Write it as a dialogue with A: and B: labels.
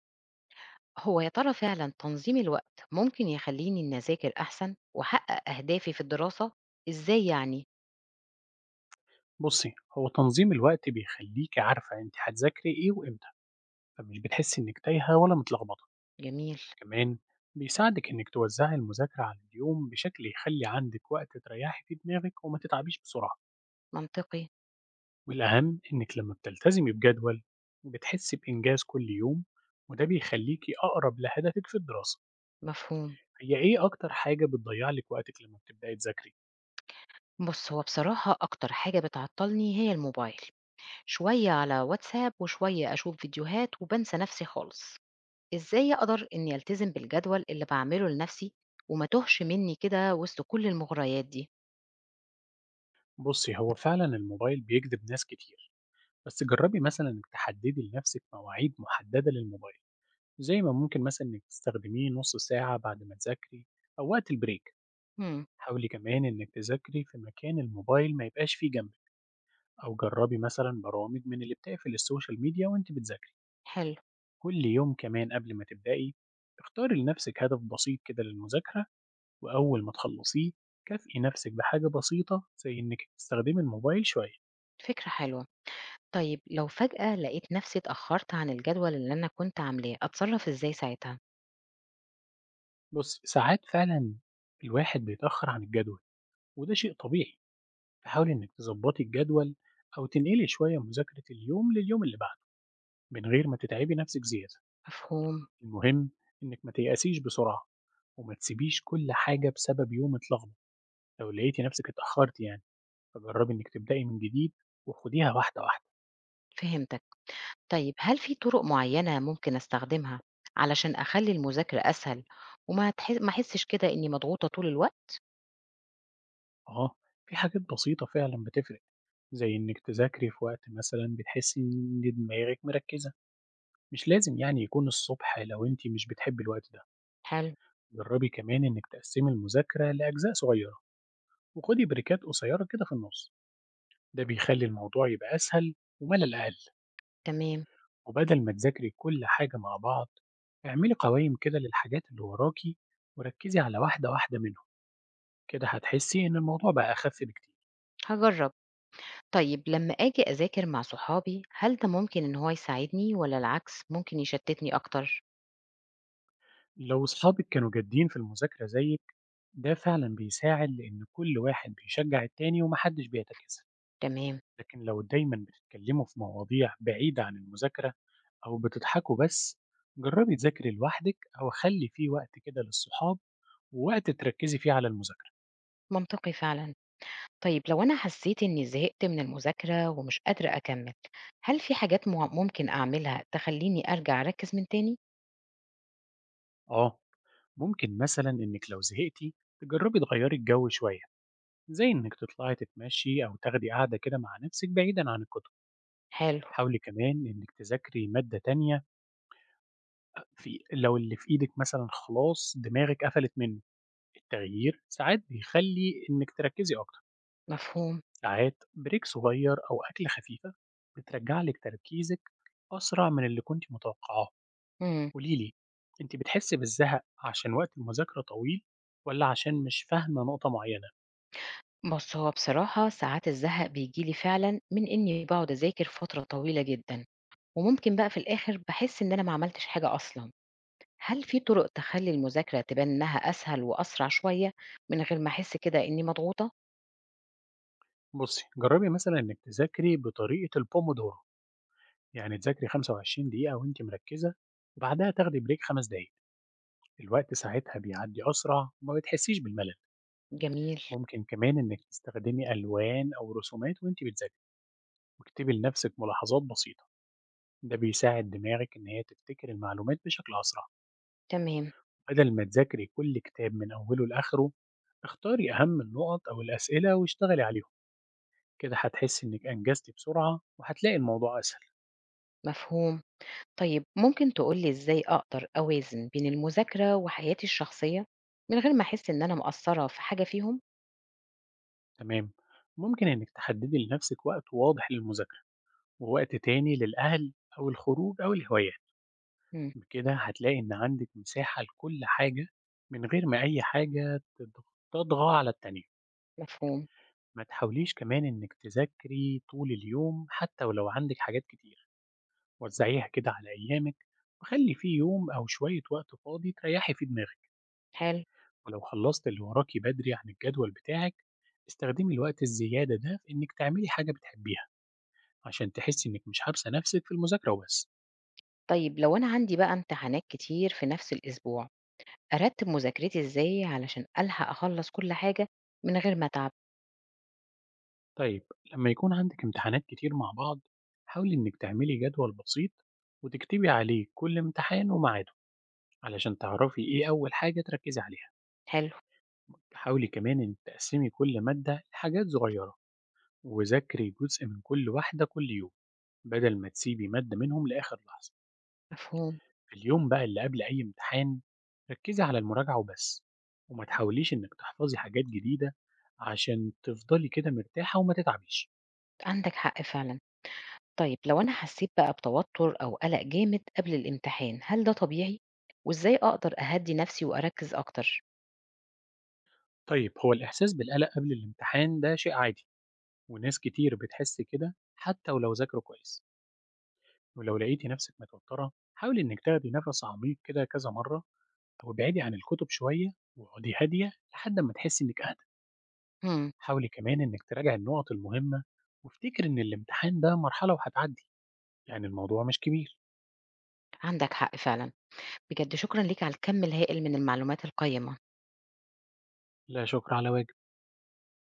A: هو يا ترى فعلا تنظيم الوقت ممكن يخليني إني أذاكر أحسن وأحقق أهدافي في الدراسة؟ إزاي يعني؟
B: بُصّي، هو تنظيم الوقت بيخلّيكِ عارفة أنتِ هتذاكري إيه وإمتى، فمش بتحسّي إنِّك تايهة ولا متلخبطة،
A: جميل.
B: كمان بيساعدك إنِّك توزّعي المذاكرة على اليوم بشكل يخلّي عندِك وقت تريّحي فيه دماغِك وما تتعبيش بسرعة،
A: منطقي.
B: والأهم إنِّك لمّا بتلتزمي بجدول بتحسّي بإنجاز كل يوم، وده بيخلّيكِ أقرب لهدفِك في الدراسة.
A: مفهوم.
B: هي إيه أكتر حاجة بتضيّع لِك وقتِك لمّا بتبدئي تذاكري؟
A: بص، هو بصراحة أكتر حاجة بتعطلني هي الموبايل. شوية على واتساب وشوية أشوف فيديوهات وبنسى نفسي خالص. إزاي أقدر إني ألتزم بالجدول اللي بعمله لنفسي وما تهش مني كده وسط كل المغريات دي؟
B: بُصّي، هو فعلًا الموبايل بيجذب ناس كتير، بس جرّبي مثلًا إنِّك تحدّدي لنَفْسِك مواعيد محددة للموبايل. زي ما ممكن مثلا إنك تستخدميه نص ساعة بعد ما تذاكري أو وقت البريك.
A: مم.
B: حاولي كمان إنك تذاكري في مكان الموبايل ما يبقاش فيه جنبك، أو جربي مثلا برامج من اللي بتقفل السوشيال ميديا وأنت بتذاكري.
A: حلو.
B: كل يوم كمان قبل ما تبدأي اختاري لنفسك هدف بسيط كده للمذاكرة، وأول ما تخلصيه كافئي نفسك بحاجة بسيطة زي إنك تستخدمي الموبايل شوية.
A: فكرة حلوة. طيب لو فجأة لقيت نفسي اتأخرت عن الجدول اللي أنا كنت عاملاه، أتصرف إزاي ساعتها؟
B: بص ساعات فعلا الواحد بيتأخر عن الجدول، وده شيء طبيعي. حاولي إنك تظبطي الجدول أو تنقلي شوية مذاكرة اليوم لليوم اللي بعده من غير ما تتعبي نفسك زيادة.
A: مفهوم.
B: المهم إنك ما تيأسيش بسرعة وما تسيبيش كل حاجة بسبب يوم اتلخبط. لو لقيتي نفسك اتأخرتي يعني فجربي إنك تبدأي من جديد وخديها واحدة واحدة.
A: فهمتك. طيب هل في طرق معينة ممكن أستخدمها علشان أخلي المذاكرة أسهل وما تح... ما أحسش كده إني مضغوطة طول الوقت؟
B: أه، في حاجات بسيطة فعلا بتفرق، زي إنك تذاكري في وقت مثلا بتحسي إن دماغك مركزة. مش لازم يعني يكون الصبح لو أنت مش بتحبي الوقت ده.
A: حلو.
B: جربي كمان إنك تقسمي المذاكرة لأجزاء صغيرة وخدي بريكات قصيرة كده في النص، ده بيخلي الموضوع يبقى أسهل وملل أقل.
A: تمام.
B: وبدل ما تذاكري كل حاجة مع بعض اعملي قوائم كده للحاجات اللي وراكي، وركزي على واحدة واحدة منهم، كده هتحسي إن الموضوع بقى أخف بكتير.
A: هجرب. طيب لما أجي أذاكر مع صحابي، هل ده ممكن إن هو يساعدني ولا العكس ممكن يشتتني أكتر؟
B: لو أصحابك كانوا جادين في المذاكرة زيك ده فعلا بيساعد، لأن كل واحد بيشجع التاني ومحدش بيتكاسل.
A: تمام.
B: لكن لو دايما بتتكلموا في مواضيع بعيدة عن المذاكرة أو بتضحكوا بس، جربي تذاكري لوحدك أو خلي فيه وقت كده للصحاب ووقت تركزي فيه على المذاكرة.
A: منطقي فعلا. طيب لو أنا حسيت إني زهقت من المذاكرة ومش قادرة أكمل، هل في حاجات ممكن أعملها تخليني أرجع أركز من تاني؟
B: آه، ممكن مثلا إنك لو زهقتي تجربي تغيري الجو شوية، زي إنك تطلعي تتمشي أو تاخدي قعدة كده مع نفسك بعيدا عن الكتب.
A: حلو.
B: حاولي كمان إنك تذاكري مادة تانية، في لو اللي في إيدك مثلا خلاص دماغك قفلت منه، التغيير ساعات بيخلي إنك تركزي أكتر.
A: مفهوم.
B: ساعات بريك صغير أو أكلة خفيفة بترجعلك تركيزك أسرع من اللي كنت متوقعاه.
A: مم.
B: قولي لي، أنتِ بتحسّي بالزهق عشان وقت المذاكرة طويل والّا عشان مش فاهمة نقطة معيّنة؟
A: بص، هو بصراحة ساعات الزهق بيجيلي فعلا من إني بقعد أذاكر فترة طويلة جدا، وممكن بقى في الآخر بحس إن أنا ما عملتش حاجة أصلا. هل في طرق تخلي المذاكرة تبان إنها أسهل وأسرع شوية من غير ما أحس كده إني مضغوطة؟
B: بُصّي، جرّبي مثلًا إنِّك تذاكري بطريقة الPomodoro، يعني تذاكري 25 دقيقة وأنتِ مركّزة وبعدها تاخدي break 5 دقايق، الوقت ساعتها بيعدّي أسرع وما بتحسّيش بالملل.
A: جميل.
B: ممكن كمان إنِّك تستخدمي ألوان أو رسومات وأنتِ بتذاكري واكتبي لنَفْسِك ملاحظات بسيطة، ده بيساعد دماغِك إن هي تفتكر المعلومات بشكل أسرع.
A: تمام.
B: بدل ما تذاكري كل كتاب من أوله لآخره اختاري أهم النقط أو الأسئلة واشتغلي عليهم، كده هتحسي إنك أنجزتي بسرعة وهتلاقي الموضوع أسهل.
A: مفهوم. طيب ممكن تقول لي إزاي أقدر أوازن بين المذاكرة وحياتي الشخصية من غير ما أحس إن أنا مقصرة في حاجة فيهم؟
B: تمام، ممكن إنك تحددي لنفسك وقت واضح للمذاكرة ووقت تاني للأهل أو الخروج أو الهوايات.
A: امم.
B: بكده هتلاقي إن عندك مساحة لكل حاجة من غير ما أي حاجة تطغى على التانية.
A: مفهوم.
B: ما تحاوليش كمان إنك تذاكري طول اليوم حتى ولو عندك حاجات كتير، وزعيها كده على أيامك وخلي فيه يوم أو شوية وقت فاضي تريحي فيه دماغك.
A: حلو.
B: ولو خلصت اللي وراكي بدري عن الجدول بتاعك استخدمي الوقت الزيادة ده في إنك تعملي حاجة بتحبيها، عشان تحسي إنك مش حابسة نفسك في المذاكرة وبس.
A: طيب لو أنا عندي بقى امتحانات كتير في نفس الأسبوع، أرتب مذاكرتي إزاي علشان ألحق أخلص كل حاجة من غير ما أتعب؟
B: طيب، لما يكون عندك امتحانات كتير مع بعض حاولي إنك تعملي جدول بسيط وتكتبي عليه كل امتحان وميعاده، علشان تعرفي إيه أول حاجة تركزي عليها.
A: حلو.
B: حاولي كمان إنك تقسمي كل مادة لحاجات صغيرة وذاكري جزء من كل واحدة كل يوم، بدل ما تسيبي مادة منهم لآخر لحظة.
A: مفهوم.
B: في اليوم بقى اللي قبل أي امتحان ركزي على المراجعة وبس، وما تحاوليش إنك تحفظي حاجات جديدة عشان تفضلي كده مرتاحة وما تتعبيش.
A: عندك حق فعلا. طيب لو أنا حسيت بقى بتوتر أو قلق جامد قبل الامتحان، هل ده طبيعي؟ وإزاي أقدر أهدي نفسي وأركز أكتر؟
B: طيب، هو الإحساس بالقلق قبل الامتحان ده شيء عادي، وناس كتير بتحس كده حتى ولو ذاكروا كويس. ولو لقيتي نفسك متوترة حاولي إنك تاخدي نفس عميق كده كذا مرة، أو ابعدي عن الكتب شوية واقعدي هادية لحد ما تحسي إنك أهدى.
A: امم.
B: حاولي كمان إنك تراجع النقط المهمة وافتكر إن الامتحان ده مرحلة وهتعدي، يعني الموضوع مش كبير.
A: عندك حق فعلا. بجد شكرًا ليك على الكم الهائل من المعلومات القيّمة.
B: لا شكر على واجب.